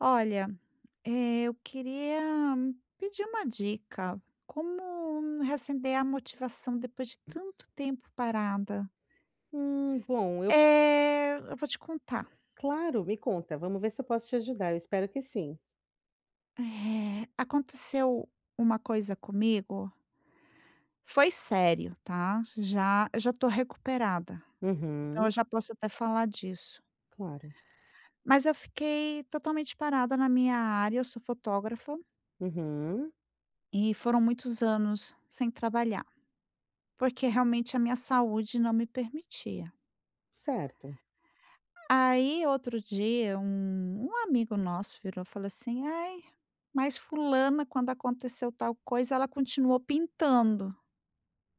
Olha, eu queria pedir uma dica. Como reacender a motivação depois de tanto tempo parada? Bom, eu Eu vou te contar. claro, me conta, vamos ver se eu posso te ajudar, eu espero que sim. Aconteceu uma coisa comigo, foi sério, tá? Já eu já tô recuperada, então Uhum, eu já posso até falar disso. claro. Mas eu fiquei totalmente parada na minha área, eu sou fotógrafa, Uhum, e foram muitos anos sem trabalhar, porque realmente a minha saúde não me permitia. certo. Aí, outro dia, um amigo nosso virou e falou assim: "Ai, mas fulana quando aconteceu tal coisa, ela continuou pintando".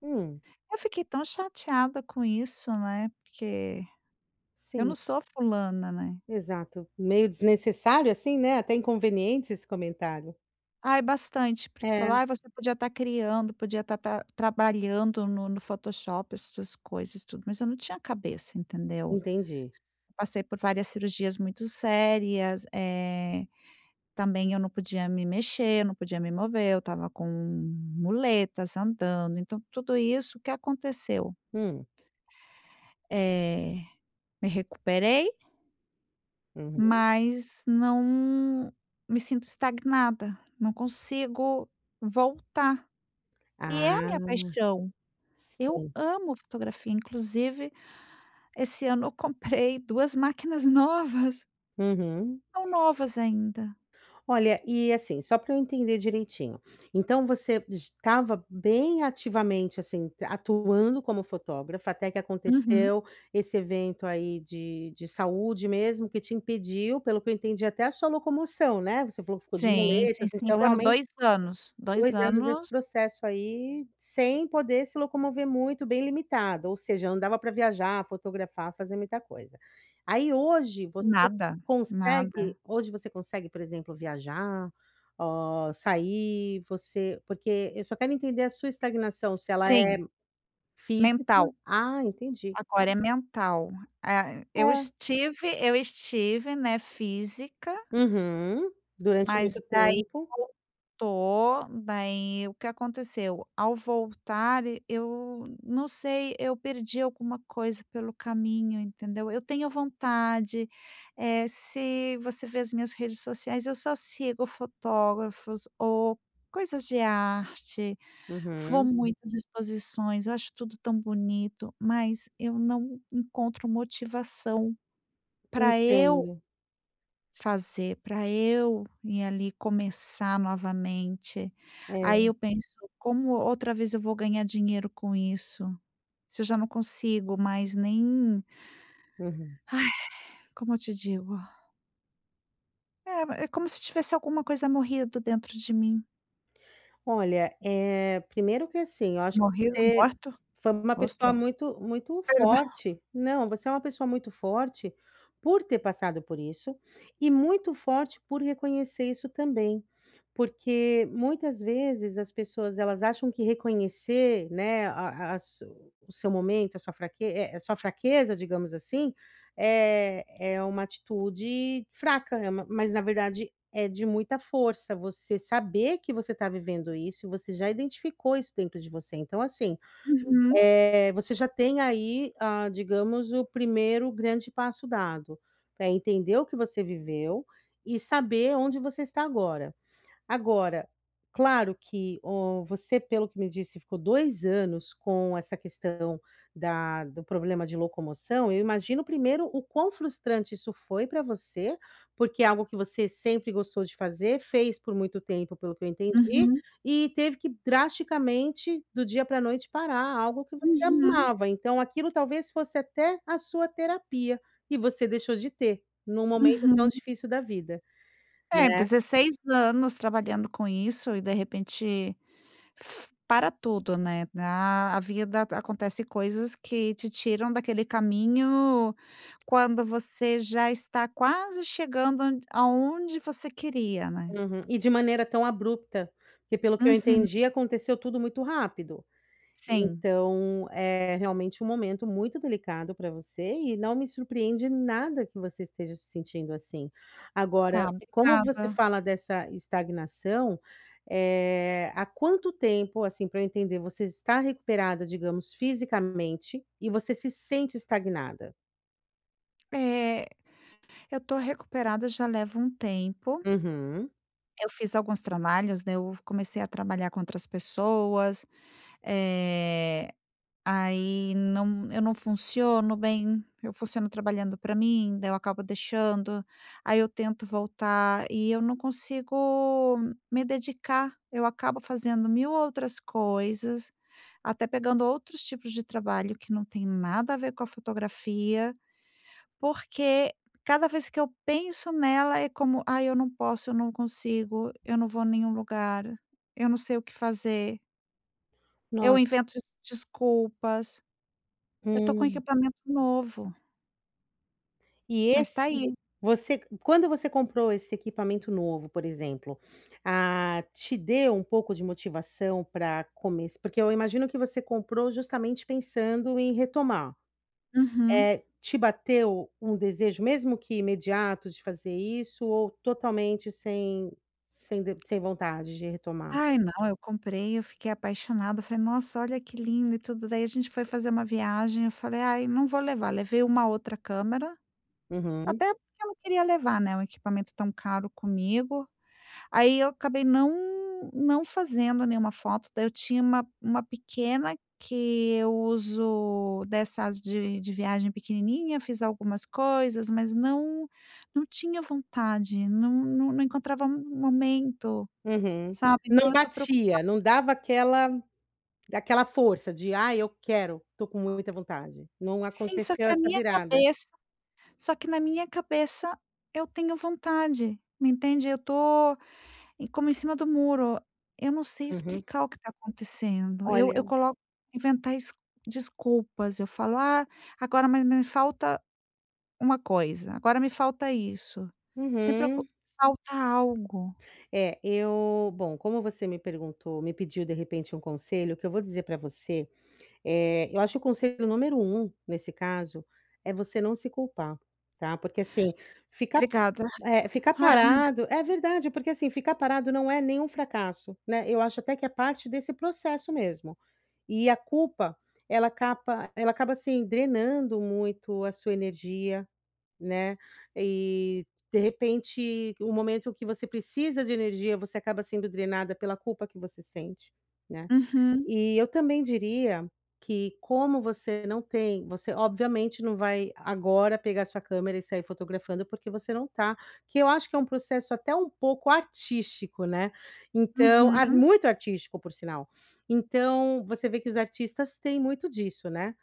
Hum, Eu fiquei tão chateada com isso, né, porque eu sim, não sou fulana, né. exato. Meio desnecessário assim, né, até inconveniente esse comentário. Ai, bastante, porque falou: É, "Ai, você podia estar criando, podia estar ta trabalhando no Photoshop, as suas coisas, tudo", mas eu não tinha cabeça, entendeu. entendi. Passei por várias cirurgias muito sérias. Também eu não podia me mexer, eu não podia me mover, eu estava com muletas, andando, então tudo isso, o que aconteceu? Hum. Eh, Me recuperei, Uhum. mas não me sinto estagnada, não consigo voltar. E é a Ah, minha paixão, eu sim. amo fotografia, inclusive esse ano eu comprei 2 máquinas novas, Uhum. são novas ainda. Olha, e assim, só para eu entender direitinho, então você estava bem ativamente, assim, atuando como fotógrafa, até que Uhum. aconteceu esse evento aí de saúde mesmo, que te impediu, pelo que eu entendi, até a sua locomoção, né, você falou que ficou de Sim, sim, muletas, sim, então foram realmente. 2 anos, 2 2 anos esse anos. processo aí, sem poder se locomover muito, bem limitado, ou seja, não dava para viajar, fotografar, fazer muita coisa. Aí hoje você Nada, nada. consegue, por exemplo, viajar, sair, você porque eu só quero entender a sua estagnação, se ela é Sim, física. mental, Ah, entendi. agora é mental. Ah, eu É. estive eu estive, né, física, Uhum. Durante mas muito daí tempo. voltou, daí o que aconteceu? Ao voltar eu não sei, eu perdi alguma coisa pelo caminho, entendeu. Eu tenho vontade, se você vê as minhas redes sociais, eu só sigo fotógrafos ou coisas de arte. Vou Uhum. muitas exposições, eu acho tudo tão bonito, mas eu não encontro motivação para eu Entendo. fazer, para eu ir ali começar novamente. Aí É. eu penso: "Como outra vez eu vou ganhar dinheiro com isso? Se eu já não consigo mais nem, Uhum. como eu te digo? É, é como se tivesse alguma coisa morrido dentro de mim. Olha, primeiro que assim, eu acho que Morrido, você morto?" foi uma Ostras. pessoa muito muito Perdão. forte. Não, você é uma pessoa muito forte por ter passado por isso e muito forte por reconhecer isso também. Porque muitas vezes as pessoas elas acham que reconhecer, né, a su o seu momento, a sua fraqueza, digamos assim, é uma atitude fraca, é uma mas na verdade é de muita força você saber que você está vivendo isso e você já identificou isso dentro de você. Então, assim, Uhum, você já tem aí, digamos, o primeiro grande passo dado, pra entender o que você viveu e saber onde você está agora. Agora, claro que, você, pelo que me disse, ficou 2 anos com essa questão da do problema de locomoção. Eu imagino primeiro o quão frustrante isso foi para você, porque é algo que você sempre gostou de fazer, fez por muito tempo, pelo que eu entendi, uhum, e teve que drasticamente, do dia pra noite, parar algo que você uhum, amava. Então aquilo talvez fosse até a sua terapia, e você deixou de ter, num momento tão uhum. difícil da vida, É, né? 16 anos trabalhando com isso e de repente f para tudo, né, na a vida acontece coisas que te tiram daquele caminho quando você já está quase chegando onde aonde você queria, né. Uhum. E de maneira tão abrupta, porque pelo que eu Uhum, entendi aconteceu tudo muito rápido. sim, Então, é realmente um momento muito delicado para você e não me surpreende nada que você esteja se sentindo assim. Agora, tá, como você obrigada. fala dessa estagnação, há quanto tempo, assim, para eu entender, você está recuperada, digamos, fisicamente e você se sente estagnada? É, eu tô recuperada já leva um tempo. Uhum. Eu fiz alguns trabalhos, né, eu comecei a trabalhar com outras pessoas, eh aí não, eu não funciono bem, eu funciono trabalhando para mim, daí eu acabo deixando, aí eu tento voltar e eu não consigo me dedicar, eu acabo fazendo mil outras coisas, até pegando outros tipos de trabalho que não tem nada a ver com a fotografia, porque cada vez que eu penso nela é como: "Ai, eu não posso, eu não consigo, eu não vou a nenhum lugar, eu não sei o que fazer", eu Nossa. invento desculpas. Eu tô com Hum. equipamento novo, E mas tá esse aí. você quando você comprou esse equipamento novo, por exemplo, ah, te deu um pouco de motivação para começar? Porque eu imagino que você comprou justamente pensando em retomar. Hum. Uhum. Te bateu um desejo, mesmo que imediato, de fazer isso ou totalmente sem sem de sem vontade de retomar? Ai não, eu comprei, eu fiquei apaixonada, falei: "Nossa, olha que lindo e tudo". Daí a gente foi fazer uma viagem, eu falei: "Ai, não vou levar". Levei uma outra câmera, Uhum, até porque eu não queria levar, né, um equipamento tão caro comigo. Aí eu acabei não fazendo nenhuma foto, daí eu tinha uma pequena que eu uso dessas de viagem pequenininha, fiz algumas coisas, mas não tinha vontade, não encontrava um momento, uhum. sabe. Então Não eu tô procu batia, não dava aquela força de: ah eu quero, tô com muita vontade". Não sim, só aconteceu que essa virada. Na minha cabeça eu tenho vontade, me entende? Eu tô E como em cima do muro, eu não sei Uhum. explicar o que está acontecendo. Eu Olha. coloco, inventar es desculpas, eu falo: "Ah, agora mas me falta uma coisa, agora me falta isso". Sempre eu co Uhum. falta algo. É, eu bom, como você me pediu de repente um conselho, o que eu vou dizer para você, eu acho que o conselho número um nesse caso, é você não se culpar, tá. Porque assim, ficar Obrigada. Ficar Ai, parado é verdade, porque assim, ficar parado não é nenhum fracasso, né. Eu acho até que é parte desse processo mesmo. E a culpa, ela acaba, assim, drenando muito a sua energia. Né, e de repente o momento que você precisa de energia, você acaba sendo drenada pela culpa que você sente, né. uhum, E eu também diria que como você não tem você obviamente não vai agora pegar sua câmera e sair fotografando, porque você não tá que eu acho que é um processo até um pouco artístico, né, então uhum, muito artístico por sinal. Então, você vê que os artistas têm muito disso, né,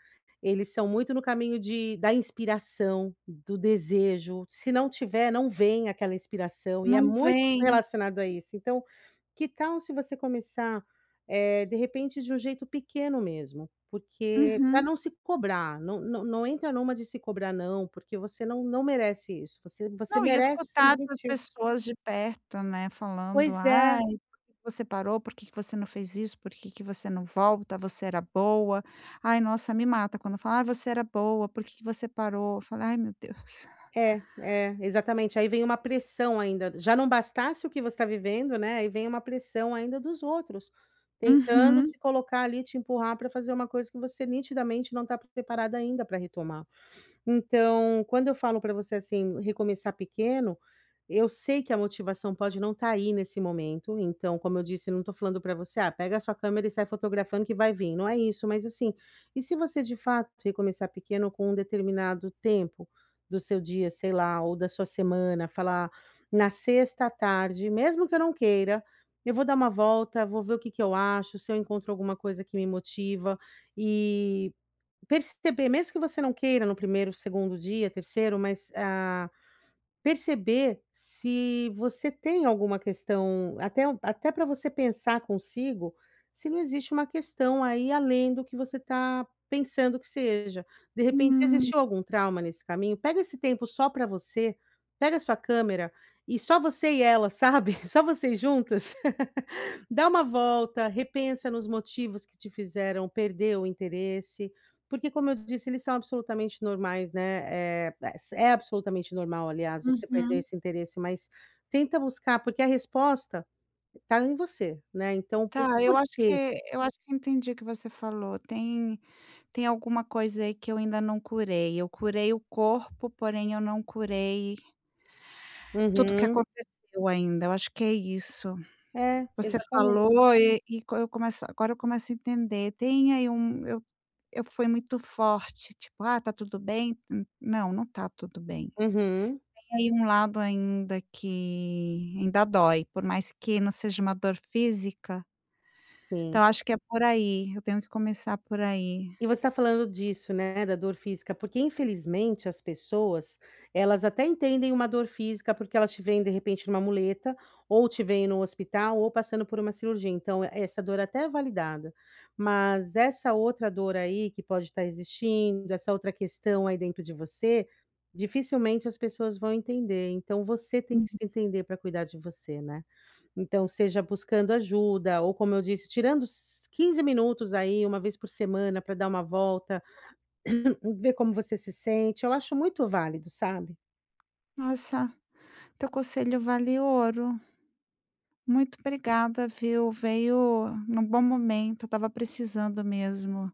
eles são muito no caminho de da inspiração, do desejo, se não tiver, não vem aquela inspiração e é não muito vem. relacionado a isso. Então, que tal se você começar, de repente, de um jeito pequeno mesmo, porque para Uhum. não se cobrar, não entra numa de se cobrar não, porque você não merece isso, você Não, e merece ser escutar as gentil. pessoas de perto, né, falando: Pois é, "Ai, por que que você parou? Por que que você não fez isso? Por que que você não volta? Você era boa". Ai, nossa, me mata quando fala: "Ai, você era boa, por que que você parou?" Eu falo: "Ai, meu Deus". Exatamente, aí vem uma pressão ainda, já não bastasse o que você está vivendo, né, aí vem uma pressão ainda dos outros, tentando Uhum. te colocar ali, te empurrar para fazer uma coisa que você nitidamente não está preparada ainda para retomar. Então, quando eu falo para você, assim, recomeçar pequeno, eu sei que a motivação pode não estar aí nesse momento. Então, como eu disse, eu não estou falando para você, ah, pega a sua câmera e sai fotografando que vai vir. Não é isso, mas assim, e se você de fato recomeçar pequeno com um determinado tempo do seu dia, sei lá, ou da sua semana, falar na sexta à tarde, mesmo que eu não queira, eu vou dar uma volta, vou ver o que que eu acho, se eu encontro alguma coisa que me motiva. Perceber, mesmo que você não queira no primeiro segundo dia, terceiro, mas, ah, perceber se você tem alguma questão, até para você pensar consigo, se não existe uma questão aí além do que você está pensando que seja. De repente Hum. existiu algum trauma nesse caminho, pega esse tempo só para você, pega a sua câmera e só você e ela, sabe, só vocês juntas, dá uma volta, repensa nos motivos que te fizeram perder o interesse, porque como eu disse, eles são absolutamente normais, né, é absolutamente normal, aliás, você perder Uhum. esse interesse, mas tenta buscar, porque a resposta está em você, né, então o Tá, eu acho porquê. que eu acho que entendi o que você falou. Tem alguma coisa aí que eu ainda não curei. Eu curei o corpo, porém eu não curei tudo que Uhum. aconteceu ainda. Eu acho que é isso. É, Você exatamente. falou e co eu começo a entender. Tem aí um eu fui muito forte, tipo: "Ah, tá tudo bem?" N Não, não tá tudo bem. Uhum, Tem aí um lado ainda que ainda dói, por mais que não seja uma dor física, sim. então acho que é por aí, eu tenho que começar por aí. E você está falando disso, né, da dor física, porque infelizmente as pessoas, elas até entendem uma dor física, porque elas te veem de repente numa muleta, ou te veem no hospital, ou passando por uma cirurgia, então é, essa dor até é validada. Mas essa outra dor aí que pode estar existindo, essa outra questão aí dentro de você, dificilmente as pessoas vão entender, então você tem Uhum. que se entender para cuidar de você, né. Então, seja buscando ajuda ou, como eu disse, tirando s 15 minutos aí, uma vez por semana para dar uma volta, ver como você se sente, eu acho muito válido, sabe. Nossa, teu conselho vale ouro. Muito obrigada, viu, veio num bom momento, eu estava precisando mesmo.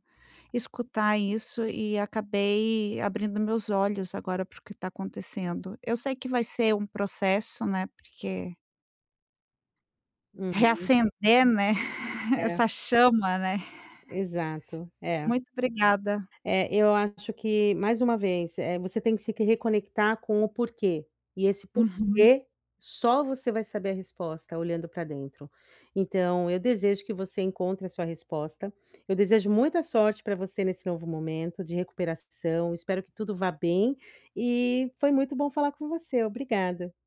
Escutar isso e acabei abrindo meus olhos agora para o que está acontecendo. Eu sei que vai ser um processo, né, porque Uhum. reacender, né, É, essa chama, né. exato. É. Muito obrigada. É, eu acho que, mais uma vez, você tem que se que reconectar com o porquê. E esse Uhum. porquê, só você vai saber a resposta olhando para dentro. Então, eu desejo que você encontre a sua resposta. Eu desejo muita sorte para você nesse novo momento de recuperação. Espero que tudo vá bem e foi muito bom falar com você. Obrigada.